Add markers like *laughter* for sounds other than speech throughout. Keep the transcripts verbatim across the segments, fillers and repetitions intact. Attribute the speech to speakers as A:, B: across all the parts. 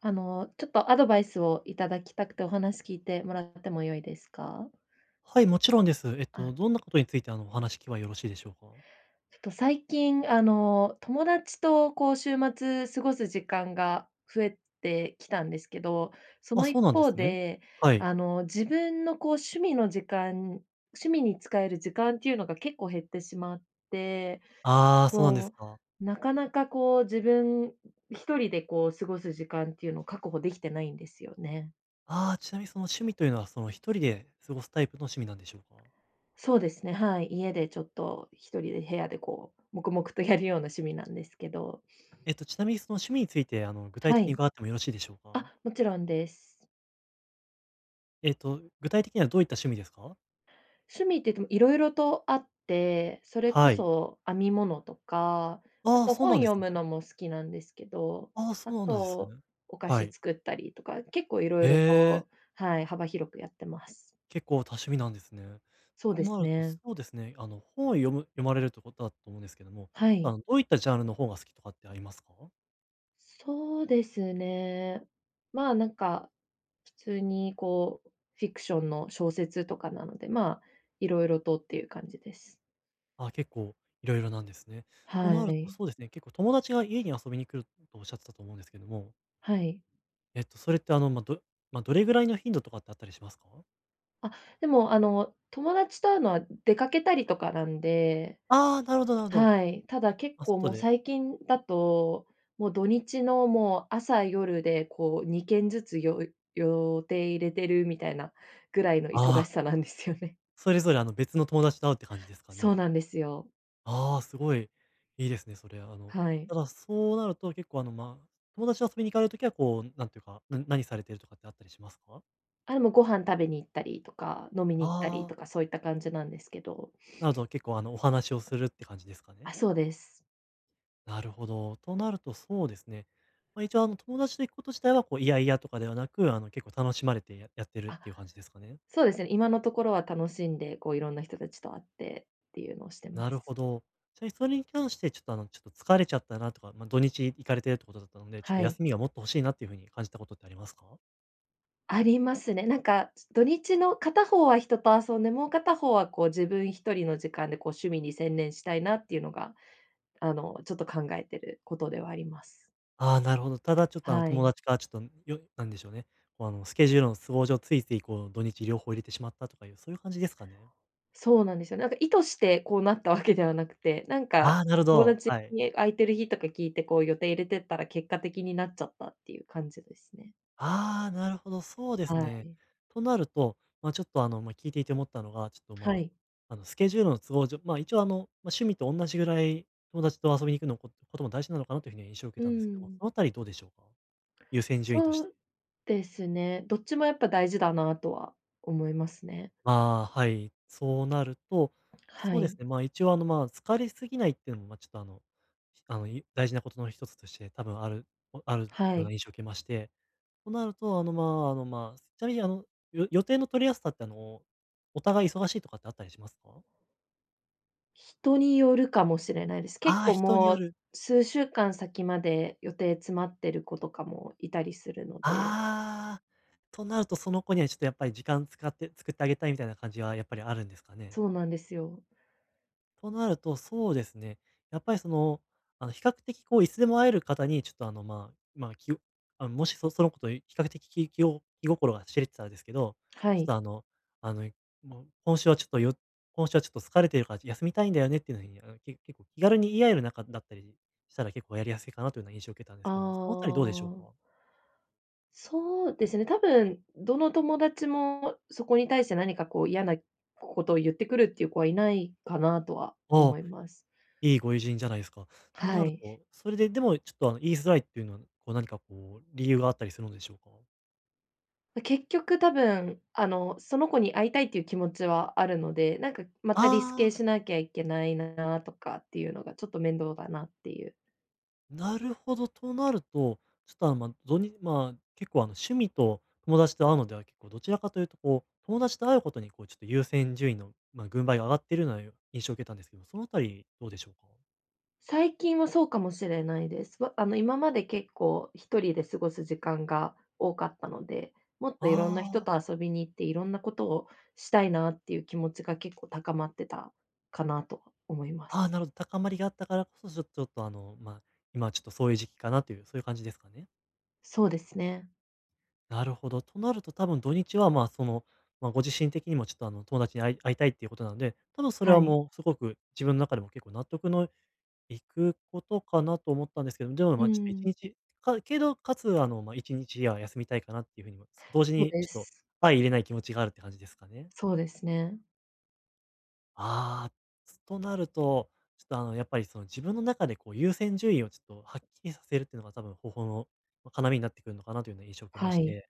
A: あの、ちょっとアドバイスをいただきたくてお話聞いてもらっても良いですか？
B: はい、もちろんです。えっと、
A: あ、
B: どんなことについて、あの、お話聞けばよろしいでしょうか？
A: ちょっと最近、あの、友達とこう週末過ごす時間が増えてきたんですけど、そ
B: あ、
A: の
B: そ
A: 一
B: うなんで
A: 方
B: すね。
A: で、
B: はい。
A: あの、自分のこう趣味の時間趣味に使える時間っていうのが結構減ってしまって、
B: ああ、そうなんです
A: こ
B: か。
A: う、なかなかこう自分一人でこう過ごす時間っていうのを確保できてないんですよね。
B: ああ、ちなみにその趣味というのは、その、一人で過ごすタイプの趣味なんでしょうか？
A: そうですね、はい。家でちょっと一人で部屋でこう、黙々とやるような趣味なんですけど。
B: えっと、ちなみにその趣味について、あの、具体
A: は
B: 的に
A: い。
B: 伺ってもよろしいでしょうか？
A: あ、もちろんです。
B: えっと、具体的にはどういった趣味ですか？
A: 趣味って言ってもいろいろとあって、それこ
B: はい。
A: そ編み物とか、あ
B: ああ、
A: と
B: そう
A: 本
B: なんです
A: 読
B: ね。
A: むのも好きなんですけど、
B: ああ、そ
A: あ
B: うなんですね。
A: と、お菓
B: は
A: 子
B: い。
A: 作ったりとか、結構いろいろ
B: へえ。
A: と、はい、幅広くやってます。
B: 結構多趣味なんですね。
A: そう
B: と
A: で
B: な
A: す
B: ると、そ
A: ね。
B: うですね、あの、本を読む読まれるってことだと思うんですけども、
A: は
B: あ
A: い。
B: の、どういったジャンルの本が好きとかってありますか？
A: そうですね。まあ、なんか普通にこう、フィクションの小説とかなので、まあ、いろいろとっていう感じです。
B: あ、結構いろいろなんですね。と
A: は
B: なると、
A: い。
B: そうですね、結構友達が家に遊びに来るとおっしゃってたと思うんですけども、
A: はい。
B: えっと、それってあの、まあ、どまあ、どれぐらいの頻度とかってあったりしますか？
A: あ、でもあの、友達と会うのは出かけたりとかなんで、
B: ああー、なるほどなるほど。
A: はい。ただ結
B: あ、
A: 構
B: 外
A: もう
B: で
A: 最近だと、もう土日のもう朝夜でこうにけんずつよ予定入れてるみたいなぐらいの
B: あ
A: 忙し
B: あ、
A: さなんですよね。
B: それぞれあの、別の友達と会うって感じ
A: *laughs*
B: ですか
A: そう
B: ね？
A: なんですよ。
B: ああ、すごいいいですね、それ。あの、
A: はい。
B: ただ、そうなると結構、あの、まあ、友達と遊びに行かれる時は、こう、なんていうか、な何されてるとかってあったりしますか？
A: あ、でもご飯食べに行ったりとか、飲みに行ったり
B: ああ
A: とか、
B: ー、
A: そういった感じなんですけど。
B: なるほど、結構、あの、お話をするって感じですかね。
A: あ、そうです。
B: なるほど。となると、そうですね。まあ、一応、あの、友達と行くこと自体は、こう、嫌々とかではなく、あの、結構楽しまれてややってるっ
A: あ、
B: ていう感じですかね。
A: そうですね。今のところは楽しんで、こういろんな人たちと会ってっていうのをして
B: な
A: ま
B: るほ
A: す。
B: ど。ちなみにそれに関して、ちょっと、あの、ちょっと疲れちゃったなとか、まあ、土日行かれてるってことだったので、ちょっと
A: は
B: 休
A: い。
B: みがもっと欲しいなっていう風に感じたことってありますか？
A: ありますね。なんか土日の片方は人と遊んで、もう片方はこう自分一人の時間でこう趣味に専念したいなっていうのが、あの、ちょっと考えてることではあります。
B: ああ、なるほど。ただちょっとあの
A: は
B: 友
A: い。
B: 達からちょっと、よなんでしょうね、こうあのスケジュールの都合上、ついついこう土日両方入れてしまったとかいう、そういう感じですかね？
A: そうなんですよ。なんか意図してこうなったわけではなくて、なんか
B: ああ、なるほ
A: 友
B: ど、
A: 達
B: はい。
A: に空いてる日とか聞いてこう予定入れてったら結果的になっちゃったっていう感じですね。
B: ああ、なるほど、そうです
A: は
B: ね。
A: い。
B: となると、まあ、ちょっとあの、まあ、聞いていて思ったのが、ちょっと
A: は
B: ま
A: い。
B: あ、あのスケジュールの都合上、まあ、一応あの、まあ、趣味と同じぐらい友達と遊びに行くのこことも大事なのかなというふうに印象を受け
A: う
B: たんですけども、
A: ん、
B: そのあたりどうでしょうか？優先順位とし
A: そ
B: て。
A: うですね。どっちもやっぱ大事だなとは思いますね。
B: ああ、はい。そうなると、
A: は
B: そうです
A: い。
B: ね、まあ、一応、あの、まあ、疲れすぎないっていうのも、ま、ちょっと、あの、ひあの、い大事なことの一つとして、多分あるおある
A: は
B: ような
A: い。
B: 印象を受けまして、となると、あの、まあ、あの、まあ、ちなみに、あの、よ予定の取りやすさって、あの、お互い忙しいとかってあったりしますか？
A: 人によるかもしれないです。結
B: ああ、
A: 構
B: 人によ
A: もう
B: る。
A: 数週間先まで予定詰まってる子とかもいたりするので、
B: ああ、となると、その子にはちょっとやっぱり時間使って作ってあげたいみたいな感じはやっぱりあるんですかね？
A: そうなんですよ。
B: となると、そうですね。やっぱりその、あの、比較的こう、いつでも会える方に、ちょっとあの、まあ、まあ、きあの、もしそそのこと比較的気気を気心が知れてたらですけど、
A: は
B: ちょっ
A: い。
B: とあの、あの、もう今週はちょっとよ今週はちょっと疲れてるから休みたいんだよねっていうのに、あの、け結構気軽に言い合える仲だったりしたら結構やりやすいかなというような印象を受けたんですけども、そのあ
A: あ
B: たりどうでしょう
A: あ、
B: か？
A: そうですね。多分どの友達もそこに対して何かこう嫌なことを言ってくるっていう子はいないかなとは
B: ああ、
A: 思います。
B: いいご友人じゃないですか。とな
A: は
B: る
A: い。
B: と、それででもちょっとあの、言いづらいっていうのは、こう何かこう、理由があったりするのでしょうか？
A: ま結局多分、あの、その子に会いたいっていう気持ちはあるので、なんかまたリス
B: あ
A: ケし
B: あ。
A: なきゃいけないなとかっていうのがちょっと面倒だなっていう。
B: なるほど、となると、ちょっと、あの、まあ、どにまあ、結構、あの、趣味と友達と会うのでは結構どちらかというと、こう、友達と会うことに、こう、ちょっと優先順位の、まあ、軍配が上がっているような印象を受けたんですけど、そのあたりどうでしょうか？
A: 最近はそうかもしれないです。わあの、今まで結構一人で過ごす時間が多かったので、もっといろんな人
B: あーあ
A: と
B: ー、
A: 遊びに行って、いろんなことをしたいなっていう気持ちが結構高まってたかなと思います。
B: あなるほど、高まりがあったからこそ、ちょっとちょっと、あの、まあ、今はちょっとそういう時期かなという、そういう感じですかね？
A: そうですね。
B: なるほど。となると多分土日は、まあ、その、まあ、ご自身的にもちょっと、あの、友達に会い会いたいっていうことなので、多分それ
A: は
B: は
A: い。
B: もうすごく自分の中でも結構納得の行くことかなと思ったんですけど、でも、
A: う
B: まあ、ちょっと1
A: ん。
B: 日かけど、かつ、あの、まあ、いちにちは休みたいかなっていうふうにも、同時
A: そう
B: に
A: で
B: ちょっと
A: す。
B: 相いれない気持ちがあるって感じですかね。
A: そうですね。
B: ああ、となると、ちょっと、あの、やっぱり、その、自分の中で、こう、優先順位をちょっとはっきりさせるっていうのが多分方法の、ま、要になってくるのかなというような印象を受けま
A: は
B: し
A: い。
B: て、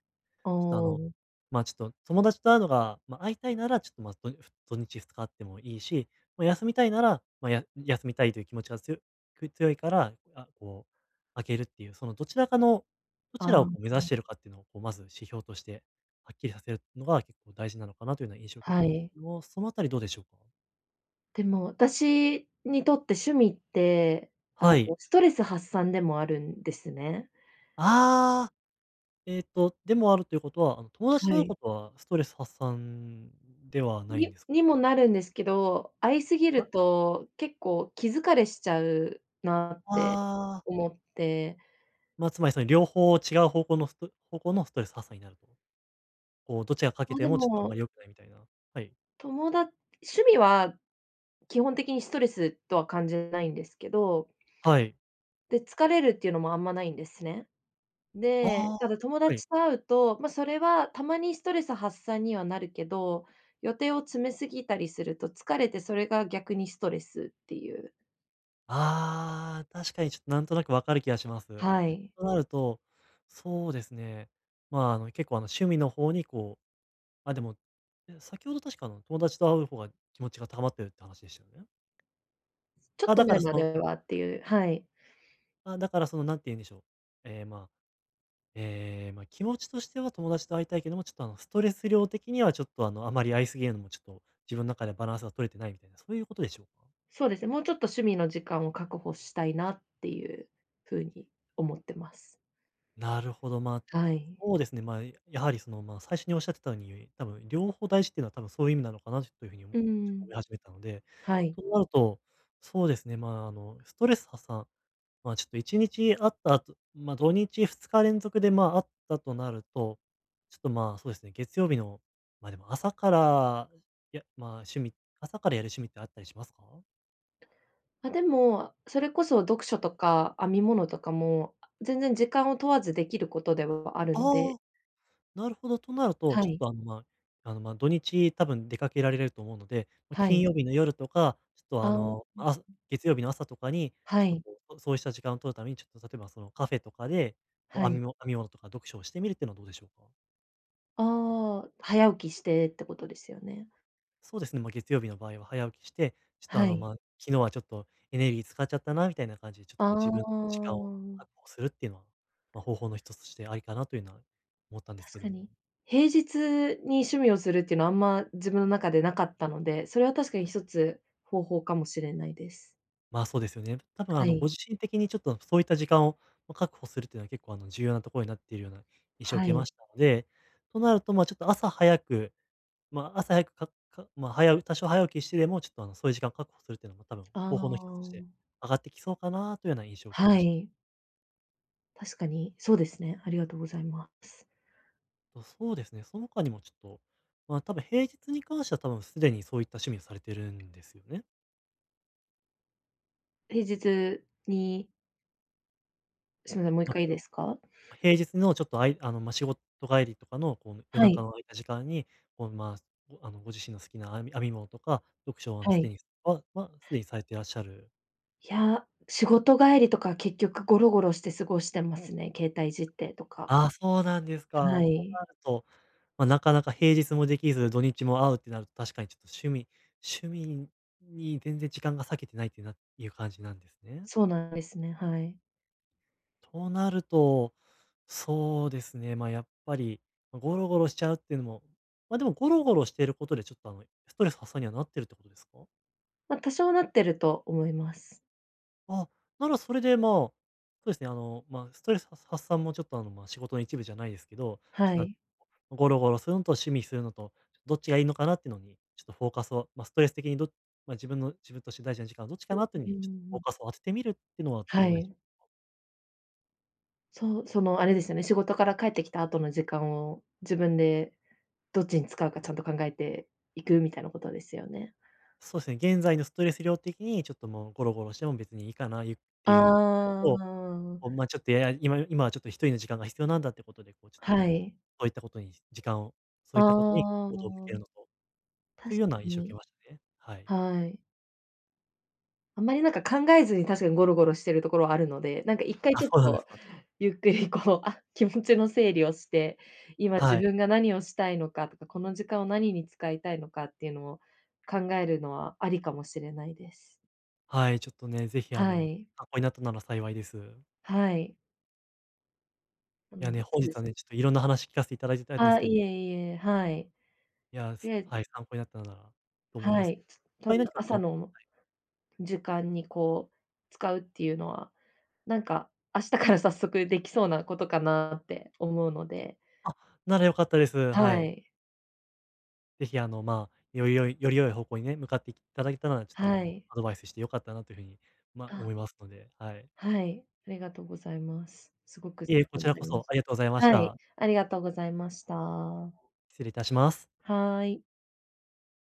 B: ちょっとあ
A: お
B: の、
A: お、
B: まあ、ちょっと友達と会うのが、まあ、会いたいなら、ちょっと、ま、ど土土日ふつかあってもいいし、まあ、休みたいなら、まあ、や休みたいという気持ちがつよ強いから、あ、こう、開けるっていう、そのどちらかのどちらを
A: あ
B: こう目指し
A: あ、
B: てるかっていうのを、こう、まず指標としてはっきりさせるのが結構大事なのかなというような印象を受け
A: は
B: たんです
A: い。
B: けども、そのあたりどうでしょうか？
A: でも私にとって趣味って、あ
B: は
A: の、
B: い。
A: ストレス発散でもあるんですね。
B: ああ、えっと、でもあるということは、あの、友達
A: は
B: と会う
A: い。
B: ことはストレス発散ではないん
A: に
B: です
A: に
B: か？
A: もなるんですけど、会いすぎ
B: あ、
A: ると結構気疲れしちゃうなって
B: ああ。
A: 思って。
B: ま、あつまりその両方違う方向のスト方向のストレス発散になると。こうどちらかけ
A: まあ、
B: て
A: で
B: もちょっとあんま
A: も、
B: り良くないみたいな。はい。
A: 友だ趣味は基本的にストレスとは感じないんですけど、
B: はい。
A: で、疲れるっていうのもあんまないんですね。
B: あ
A: で、
B: あ、
A: ただ友
B: はい。
A: 達と会うと、まあ、それはたまにストレス発散にはなるけど、予定を詰めすぎたりすると疲れてそれが逆にストレスっていう。
B: ああ、確かにちょっとなんとなくわかる気がします。
A: はい。
B: となると、そうですね。まあ、あの、結構あの趣味の方にこう、あ、でも、え、先ほど確かあの友達と会う方が気持ちが高まってるって話でしたよね？
A: ちょっ
B: あ、だ
A: と
B: か
A: 前
B: らそ
A: まで
B: の
A: はっていうはい。
B: あ、だからそのなんて言うんでしょう。ええ、まあええ、ま、気持ちとしては友達と会いたいけども、ちょっとあの、ストレス量的にはちょっとあの、あまり会いすぎるのもちょっと、自分の中でバランスが取れてないみたいな、そういうことでしょうか？
A: そうですね、もうちょっと趣味の時間を確保したいなっていうふうに思ってます。
B: なるほど、まあ、
A: はい。
B: そうですね、まあ、やはりその、まあ、最初におっしゃってたように、多分両方大事っていうのは多分そういう意味なのかなというふうにおちょ
A: うー
B: っと思い
A: ん、
B: 始めたので、
A: はい。
B: となると、そうですね、まあ、あの、ストレス発散、まあ、ちょっといちにちあった後、ま、土日ふつか連続で、まあ、あったとなると、ちょっと、まあ、そうですね、月曜日の、ま、でも朝から、いや、まあ、趣味朝からやる趣味ってあったりしますか？
A: あ、でも、それこそ読書とか編み物とかも、全然時間を問わずできることではあるの
B: あ
A: で
B: あ、なるほど。となると、
A: は
B: ちょっ
A: い、
B: と、あの、まあ、あの、ま、土日多分出かけられると思うので、ま、
A: は
B: 金
A: い。
B: 曜日の夜とか、ちょっと、
A: あ
B: あ
A: ー
B: の、まあ月曜日の朝とかに、ち
A: は
B: ょっと、
A: い、
B: こう、そそうした時間を取るために、ちょっと、例えば、その、カフェとかで、こう、
A: は
B: 編み
A: い。
B: 物編み物とか読書をしてみるっていうのはどうでしょうか？
A: ああ、早起きしてってことですよね。
B: そうですね、まあ、月曜日の場合は早起きして、ちょっとあ
A: は
B: の、
A: い。
B: まあ、昨日はちょっとエネルギー使っちゃったなみたいな感じで、ちょっと
A: あ
B: こう自分の時間を確
A: あ。
B: 保するっていうのは、まあ、方法の一つとしてありかなというのは思ったんですけ
A: 確
B: ど
A: か
B: も。
A: に。平日に趣味をするっていうのはあんま自分の中でなかったので、それは確かに一つ方法かもしれないです。
B: まあ、そうですよね。多分あ
A: は
B: の、ご
A: い。
B: 自身的にちょっとそういった時間を、ま、確保するっていうのは結構あの、重要なところになっているような印象を受
A: は
B: けま
A: い。
B: したので、となると、ま、ちょっと朝早く、ま、朝早くかかま、あ早、多少早起きしてでも、ちょっとあの、そういう時間を確保するっていうのも多分
A: あ
B: 方法の一つとし
A: あ、
B: て上がってきそうかなというような印象を受け
A: は
B: ました。
A: い。確かにそうですね。ありがとうございます。
B: と、そうですね。その他にもちょっと、まあ、多分平日に関しては多分すでにそういった趣味をされてるんですよね。
A: 平日にすみません、もう一
B: まあ、
A: 回いい
B: 例え
A: で
B: ば、
A: すか？
B: ま、平日のちょっとあいあの、まあ、仕事帰りとかの、こう、夜
A: は
B: 中
A: い、
B: の空いた時間に、こう、まあ、ごあの、ご自身の好きな編み編み物とか、読書をあの、
A: は
B: すで
A: い。
B: にはまあすでにされていらっしゃる。
A: いや、仕事帰りとか結局ゴロゴロして過ごしてますね、携帯いじってとか。
B: ああ、そうなんです
A: は
B: か。と
A: い。
B: なると、まあ、なかなか平日もできず、土日も会うってなると、確かにちょっと趣味趣味に全然時間が割けてないっていうないう感じなんですね。
A: そうなんですね、はい。
B: となると、そうですね、まあ、やっぱり、ま、ゴロゴロしちゃうっていうのも、ま、でもゴロゴロしていることでちょっと、あの、ストレス発散にはなってるってことですか？
A: まあ、多少なってると思います。
B: あ、ならそれで、まあ、そうですね、あの、まあ、ストレス発散もちょっと、あの、まあ、仕事の一部じゃないですけど、ちょっ
A: は
B: と、なんて
A: い。
B: ゴロゴロするのと趣味するのと、どっちがいいのかなっていうのに、ちょっとフォーカスを、まあ、ストレス的にどっまあ、自分の自分として大事な時間はどっちかなっていう
A: う
B: のに、ちょっとフォ
A: ん。
B: ーカスを当ててみるっていうのは
A: は
B: どうでしょ
A: い。
B: うか。
A: そう、その、あれですよね、仕事から帰ってきた後の時間を、自分でどっちに使うかちゃんと考えていくみたいなことですよね。
B: そうですね、現在のストレス量的にちょっともうゴロゴロしても別にいいかな、ゆっていう場合
A: あ
B: と、こう、
A: あ、
B: まあ、ちょっと、いや、今今はちょっと一人の時間が必要なんだってことで、こう、ちょっと、
A: は
B: まあ、
A: い。
B: そういったことに時間をそうい
A: あ
B: ったことに行動を向けるの
A: あ、
B: と、と
A: 確
B: いう
A: か
B: ような印象を受け
A: に。
B: ましたね。はい。
A: はい。あんまりなんか考えずに確かにゴロゴロしてるところはあるので、なんか一回
B: あ、
A: ち
B: そ
A: ょっ
B: うなんです
A: と
B: か。
A: ゆっくりこう、*laughs* あ、気持ちの整理をして、今
B: は
A: 自
B: い。
A: 分が何をしたいのかとか、この時間を何に使いたいのかっていうのを考えるのはありかもしれないです。
B: はい、ちょっとね、ぜひ、あ
A: は
B: の、
A: い。
B: 参考になったなら幸いです。
A: はい。な
B: いや
A: の
B: ね、
A: で、そ
B: 本
A: う
B: 日
A: で
B: は
A: す
B: ね、
A: ね。
B: ちょっといろんな話聞かせていただいてたんです
A: あ、
B: けど、
A: いえいえ、はい。
B: いや、
A: と
B: す
A: りあえず
B: はい、参考になったならと思いま
A: は
B: すけ
A: い、
B: ど。
A: つ
B: 他
A: 多
B: に
A: 分
B: 何かこ
A: 朝
B: の。
A: の時間にこう使うっていうのは、なんか明日から早速できそうなことかなって思うので、
B: あ、なら良かったです。は
A: は
B: い。
A: い、
B: ぜひあの、まあ、より良いより良い方向にね、向かっていただけたなら、ちょっとあの、
A: は
B: もう
A: い。
B: アドバイスしてよかったなというふうに、まあ、
A: あ、
B: 思いますので、はい。
A: はい、ありがとうございます。すごく
B: い
A: 参
B: え、こ
A: 考
B: ち
A: に
B: ら
A: な
B: こ
A: りま
B: そ
A: し
B: ありがとうございまし
A: た。はい、
B: た。
A: ありがとうございました。は
B: 失礼いたします。
A: ーい。